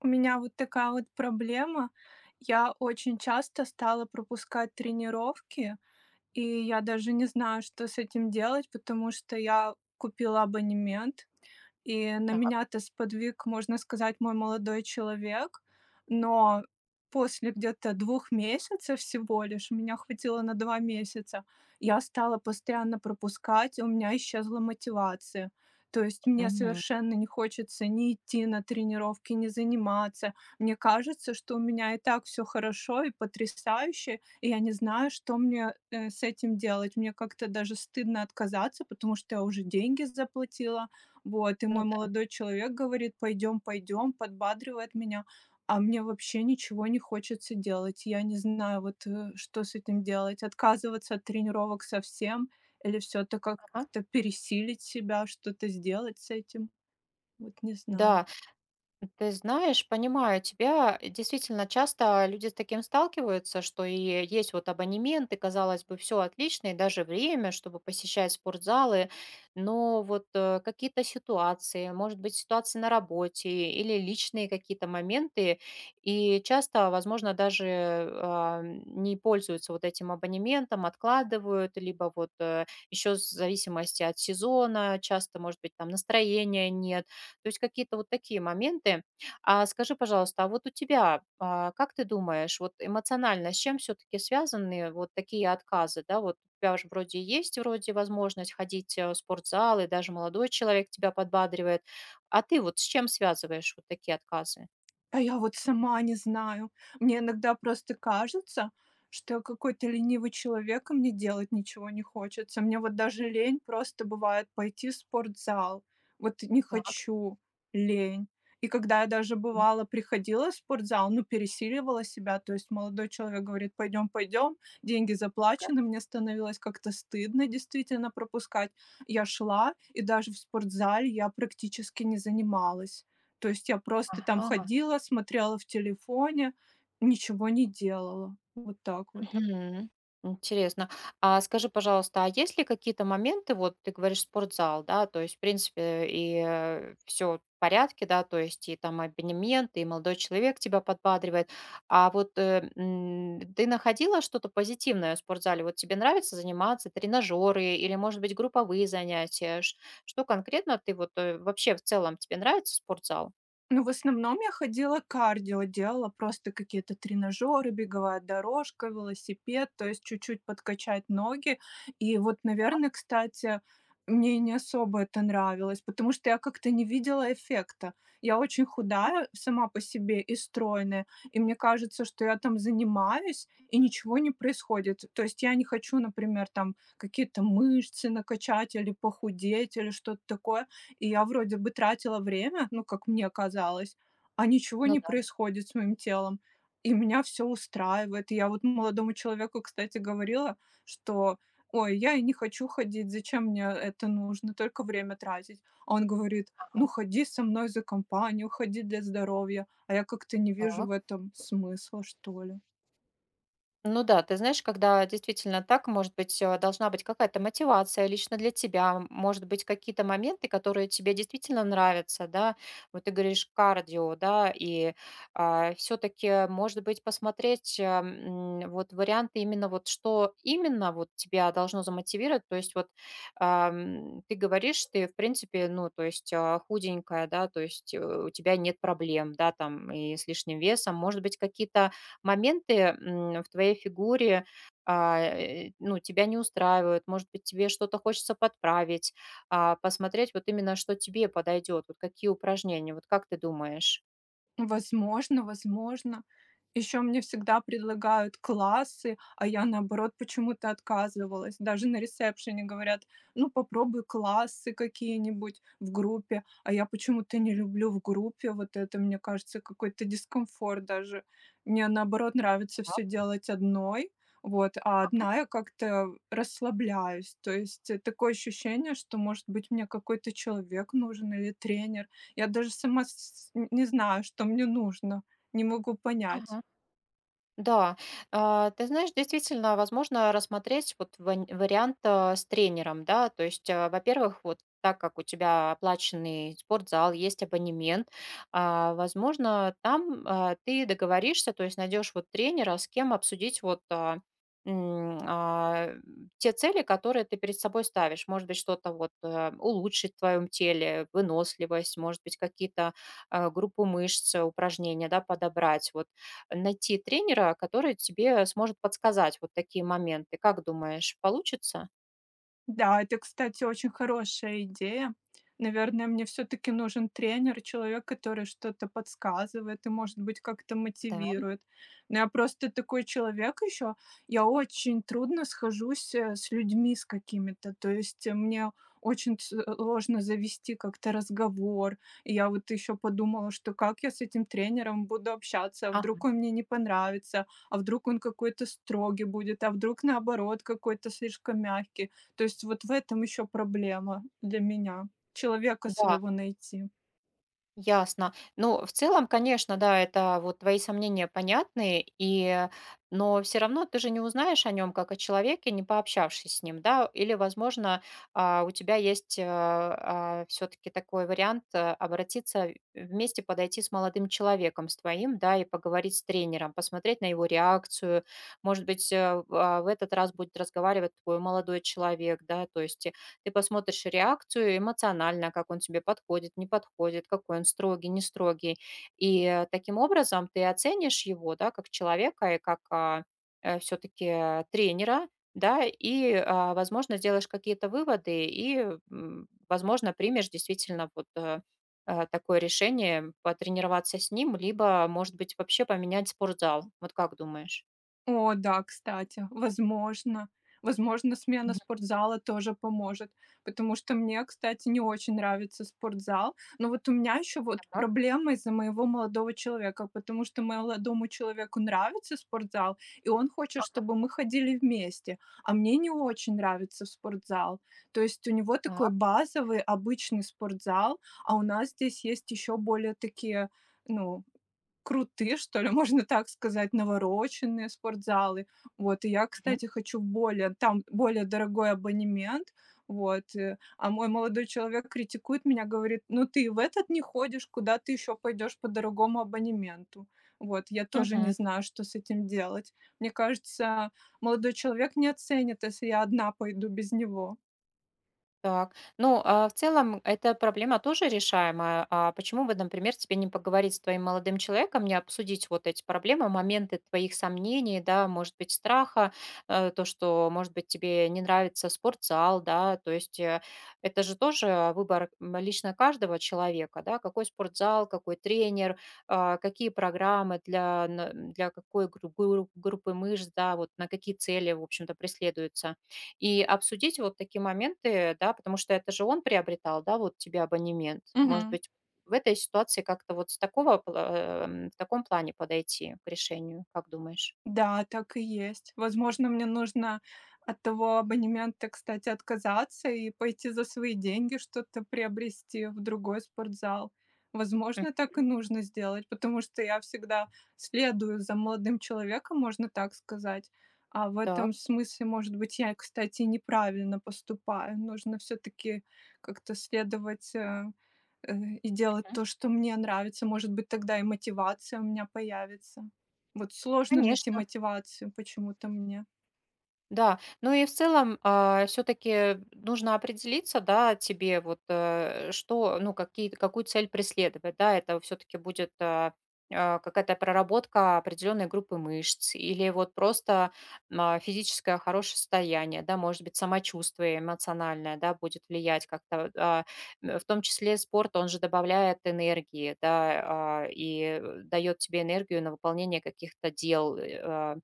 У меня вот такая вот проблема. Я очень часто стала пропускать тренировки, и я даже не знаю, что с этим делать, потому что я купила абонемент, и на Так, меня-то сподвиг, можно сказать, мой молодой человек. Но после где-то 2 месяцев всего лишь, меня хватило на 2 месяца, я стала постоянно пропускать, и у меня исчезла мотивация. То есть мне мгм. совершенно не хочется ни идти на тренировки, ни заниматься. Мне кажется, что у меня и так все хорошо и потрясающе, и я не знаю, что мне, с этим делать. Мне как-то даже стыдно отказаться, потому что я уже деньги заплатила. Вот, и мой Ну да, молодой человек говорит: "Пойдем, пойдем", подбадривает меня, а мне вообще ничего не хочется делать. Я не знаю, вот, что с этим делать: отказываться от тренировок совсем или все таки ага. как-то пересилить себя, что-то сделать с этим? Вот не знаю. Да, ты знаешь, понимаю тебя. Действительно, часто люди с таким сталкиваются, что и есть вот абонемент, и, казалось бы, все отлично, и даже время, чтобы посещать спортзалы, но вот какие-то ситуации, может быть, ситуации на работе или личные какие-то моменты, и часто, возможно, даже не пользуются вот этим абонементом, откладывают, либо вот еще в зависимости от сезона, часто, может быть, там настроения нет, то есть какие-то вот такие моменты. А скажи, пожалуйста, а вот у тебя, как ты думаешь, вот эмоционально с чем все-таки связаны вот такие отказы, да? Вот у тебя же вроде есть вроде возможность ходить в спортзал, и даже молодой человек тебя подбадривает. А ты вот с чем связываешь вот такие отказы? А я вот сама не знаю. Мне иногда просто кажется, что я какой-то ленивый человек, и мне делать ничего не хочется. Мне вот даже лень просто бывает пойти в спортзал. Вот не Так. хочу, лень. И когда я даже Мгм. бывало приходила в спортзал, ну, пересиливала себя, то есть молодой человек говорит, пойдем, пойдем, деньги Ага. заплачены, мне становилось как-то стыдно действительно пропускать. Я шла, и даже в спортзале я практически не занималась. То есть я просто там Ага. ходила, смотрела в телефоне, ничего не делала. Вот так вот. Мгм. Интересно. А скажи, пожалуйста, а есть ли какие-то моменты, вот ты говоришь спортзал, да, то есть, в принципе, и все в порядке, да, то есть и там абонемент, и молодой человек тебя подбадривает. А вот ты находила что-то позитивное в спортзале? Вот тебе нравится заниматься, тренажеры или, может быть, групповые занятия? Что конкретно ты вот вообще в целом тебе нравится спортзал? Ну, в основном я ходила кардио, делала просто какие-то тренажеры, беговая дорожка, велосипед, то есть чуть-чуть подкачать ноги. И вот, наверное, кстати, мне не особо это нравилось, потому что я как-то не видела эффекта. Я очень Ага. худая сама по себе и стройная, и мне кажется, что я там занимаюсь, и ничего не происходит. То есть я не хочу, например, там какие-то мышцы накачать или похудеть или что-то такое, и я вроде бы тратила время, ну, как мне казалось, а ничего Ну не происходит с моим телом. И меня все устраивает. И я вот молодому человеку, кстати, говорила, что: "Ой, я и не хочу ходить, зачем мне это нужно, только время тратить". А он говорит: "Ну, ходи со мной за компанию, ходи для здоровья". А я как-то не вижу да. в этом смысла, что ли. Ну да, ты знаешь, когда действительно так, может быть, должна быть какая-то мотивация лично для тебя, может быть, какие-то моменты, которые тебе действительно нравятся, да, вот ты говоришь кардио, да, и все-таки, может быть, посмотреть вот варианты именно вот что именно вот тебя должно замотивировать, то есть вот ты говоришь, ты, в принципе, ну, то есть худенькая, да, то есть у тебя нет проблем, да, там, и с лишним весом, может быть, какие-то моменты, в твоей фигуре, ну, тебя не устраивают, может быть, тебе что-то хочется подправить, посмотреть вот именно, что тебе подойдет, вот какие упражнения, вот как ты думаешь? Возможно, возможно. Еще мне всегда предлагают классы, а я, наоборот, почему-то отказывалась. Даже на ресепшене говорят: "Ну, попробуй классы какие-нибудь в группе". А я почему-то не люблю в группе. Вот это, мне кажется, какой-то дискомфорт даже. Мне, наоборот, нравится Так, все делать одной, вот, а ага, одна я как-то расслабляюсь. То есть, такое ощущение, что, может быть, мне какой-то человек нужен или тренер. Я даже сама с не знаю, что мне нужно, не могу понять. ага. Да, ты знаешь, действительно, возможно рассмотреть вот вариант с тренером, да, то есть, а, во-первых, вот так как у тебя оплаченный спортзал, есть абонемент, возможно, там ты договоришься, то есть найдешь вот тренера, с кем обсудить вот м, а, те цели, которые ты перед собой ставишь. Может быть, что-то вот улучшить в твоем теле, выносливость, может быть, какие-то группу мышц, упражнения, да, подобрать. Вот найти тренера, который тебе сможет подсказать вот такие моменты. Как думаешь, получится? Да, это, кстати, очень хорошая идея. Наверное, мне все таки нужен тренер, человек, который что-то подсказывает и, может быть, как-то Да. мотивирует. Но я просто такой человек еще. Я очень трудно схожусь, с людьми с какими-то. То есть, мне очень ц сложно завести как-то разговор. И я вот еще подумала, что как я с этим тренером буду общаться, а Ага. вдруг он мне не понравится, а вдруг он какой-то строгий будет, а вдруг, наоборот, какой-то слишком мягкий. То есть вот в этом еще проблема для меня- человека Да, своего найти. ясно. Ну, в целом, конечно, да, это вот твои сомнения понятны, и, но все равно ты же не узнаешь о нем как о человеке, не пообщавшись с ним, да, или, возможно, у тебя есть все-таки такой вариант обратиться вместе, подойти с молодым человеком, с твоим, да, и поговорить с тренером, посмотреть на его реакцию. Может быть, в этот раз будет разговаривать твой молодой человек, да, то есть ты посмотришь реакцию эмоционально, как он тебе подходит, не подходит, какой он строгий, не строгий. И таким образом ты оценишь его, да, как человека и как все-таки тренера, да, и, возможно, сделаешь какие-то выводы и, возможно, примешь действительно вот такое решение потренироваться с ним, либо, может быть, вообще поменять спортзал. Вот как думаешь? О да, кстати, возможно. Возможно, смена Мгм. спортзала тоже поможет, потому что мне, кстати, не очень нравится спортзал. Но вот у меня еще вот Так. проблема из-за моего молодого человека, потому что молодому человеку нравится спортзал, и он хочет, чтобы мы ходили вместе, а мне не очень нравится спортзал. То есть у него такой Так. базовый, обычный спортзал, а у нас здесь есть еще более такие, ну, крутые, что ли, можно так сказать, навороченные спортзалы. Вот, и я, Мгм. кстати, хочу более дорогой абонемент, вот, э. А мой молодой человек критикует меня, говорит: "Ну ты и в этот не ходишь, куда ты еще пойдешь по дорогому абонементу?" Вот, я тоже не Мгм. знаю, что с этим делать. Мне кажется, молодой человек не оценит, если я одна пойду без него. Так, ну, в целом эта проблема тоже решаемая. А почему бы, например, тебе не поговорить с твоим молодым человеком, не обсудить вот эти проблемы, моменты твоих сомнений, да, может быть, страха, то, что, может быть, тебе не нравится спортзал, да, то есть это же тоже выбор лично каждого человека, да, какой спортзал, какой тренер, какие программы для, для какой группы мышц, да, вот на какие цели, в общем-то, преследуются. И обсудить вот такие моменты, да, потому что это же он приобретал, да, вот тебе абонемент. Может Мгм. быть, в этой ситуации как-то вот с такого, в таком плане подойти к решению, как думаешь? Да, так и есть. Возможно, мне нужно от того абонемента, кстати, отказаться и пойти за свои деньги что-то приобрести в другой спортзал. М. Возможно, так и нужно сделать, потому что я всегда следую за молодым человеком, можно так сказать. А в Так, этом смысле, может быть, я, кстати, неправильно поступаю. Нужно все-таки как-то следовать э, и делать мгм. то, что мне нравится. Может быть, тогда и мотивация у меня появится. Вот сложно найти Конечно. мотивацию почему-то мне. Да, ну и в целом, все таки нужно определиться, да, тебе вот, что, ну, какие какую цель преследовать, да. Это все таки будет, какая-то проработка определенной группы мышц или вот просто, физическое хорошее состояние, да, может быть, самочувствие эмоциональное, да, будет влиять как-то. В том числе спорт, он же добавляет энергии, да, и дает тебе энергию на выполнение каких-то дел, э, а,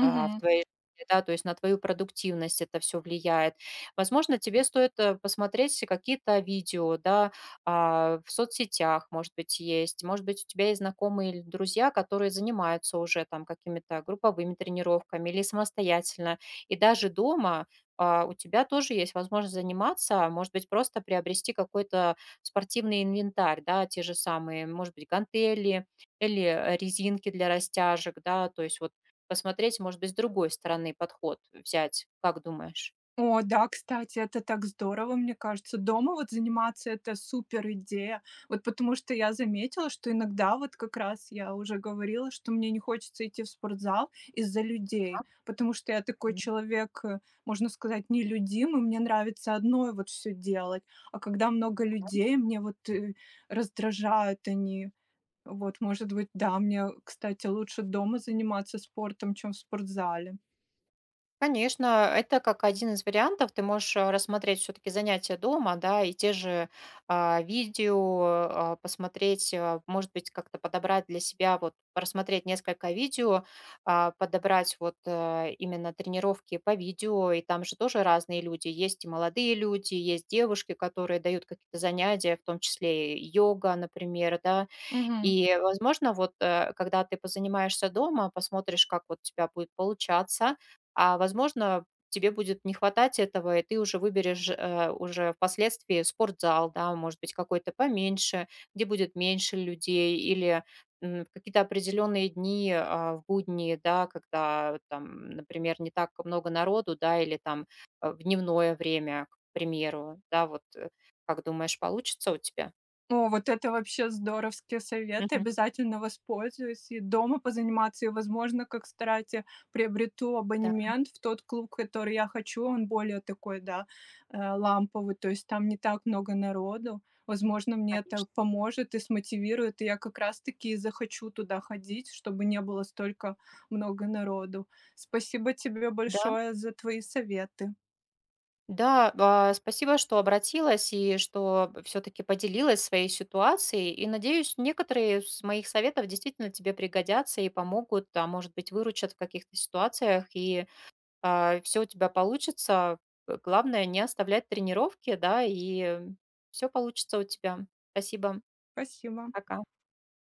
а, в твоей жизни, да, то есть на твою продуктивность это все влияет. Возможно, тебе стоит, посмотреть какие-то видео, да, в соцсетях, может быть, есть. Может быть, у тебя есть знакомые или друзья, которые занимаются уже там какими-то групповыми тренировками или самостоятельно. И даже дома, у тебя тоже есть возможность заниматься, может быть, просто приобрести какой-то спортивный инвентарь, да, те же самые, может быть, гантели или, резинки для растяжек, да, то есть вот посмотреть, может быть, с другой стороны подход взять. Как думаешь? О да, кстати, это так здорово, мне кажется. Дома вот заниматься- это супер идея. Вот потому что я заметила, что иногда вот как раз я уже говорила, что мне не хочется идти в спортзал из-за людей, потому что я такой человек, можно сказать, нелюдимый, мне нравится одной вот все делать, а когда много людей, мне вот, раздражают они. Вот, может быть, да, мне, кстати, лучше дома заниматься спортом, чем в спортзале. Конечно, это как один из вариантов. Ты можешь рассмотреть все-таки занятия дома, да, и те же видео посмотреть, а, может быть, как-то подобрать для себя, вот просмотреть несколько видео, подобрать вот именно тренировки по видео, и там же тоже разные люди. Есть и молодые люди, есть девушки, которые дают какие-то занятия, в том числе и йога, например, да, Мгм. и, возможно, вот когда ты позанимаешься дома, посмотришь, как вот у тебя будет получаться, возможно, тебе будет не хватать этого, и ты уже выберешь уже впоследствии спортзал, да, может быть, какой-то поменьше, где будет меньше людей, или в какие-то определенные дни в будни, да, когда там, например, не так много народу, да, или там в дневное время, к примеру, да, вот как думаешь, получится у тебя? О, вот это вообще здоровские советы. Мгм. Обязательно воспользуюсь. И дома позаниматься, и, возможно, как кстати, приобрету Да, абонемент в тот клуб, который я хочу. Он более такой, да, э, ламповый, то есть там не так много народу. Возможно, мне это конечно. поможет и смотивирует, и я как раз-таки и захочу туда ходить, чтобы не было столько много народу. Спасибо тебе Да, большое за твои советы. да, спасибо, что обратилась и что все-таки поделилась своей ситуацией. И надеюсь, некоторые из моих советов действительно тебе пригодятся и помогут, а может быть, выручат в каких-то ситуациях, и все у тебя получится. Главное, не оставлять тренировки, да, и все получится у тебя. Спасибо. Спасибо. Пока.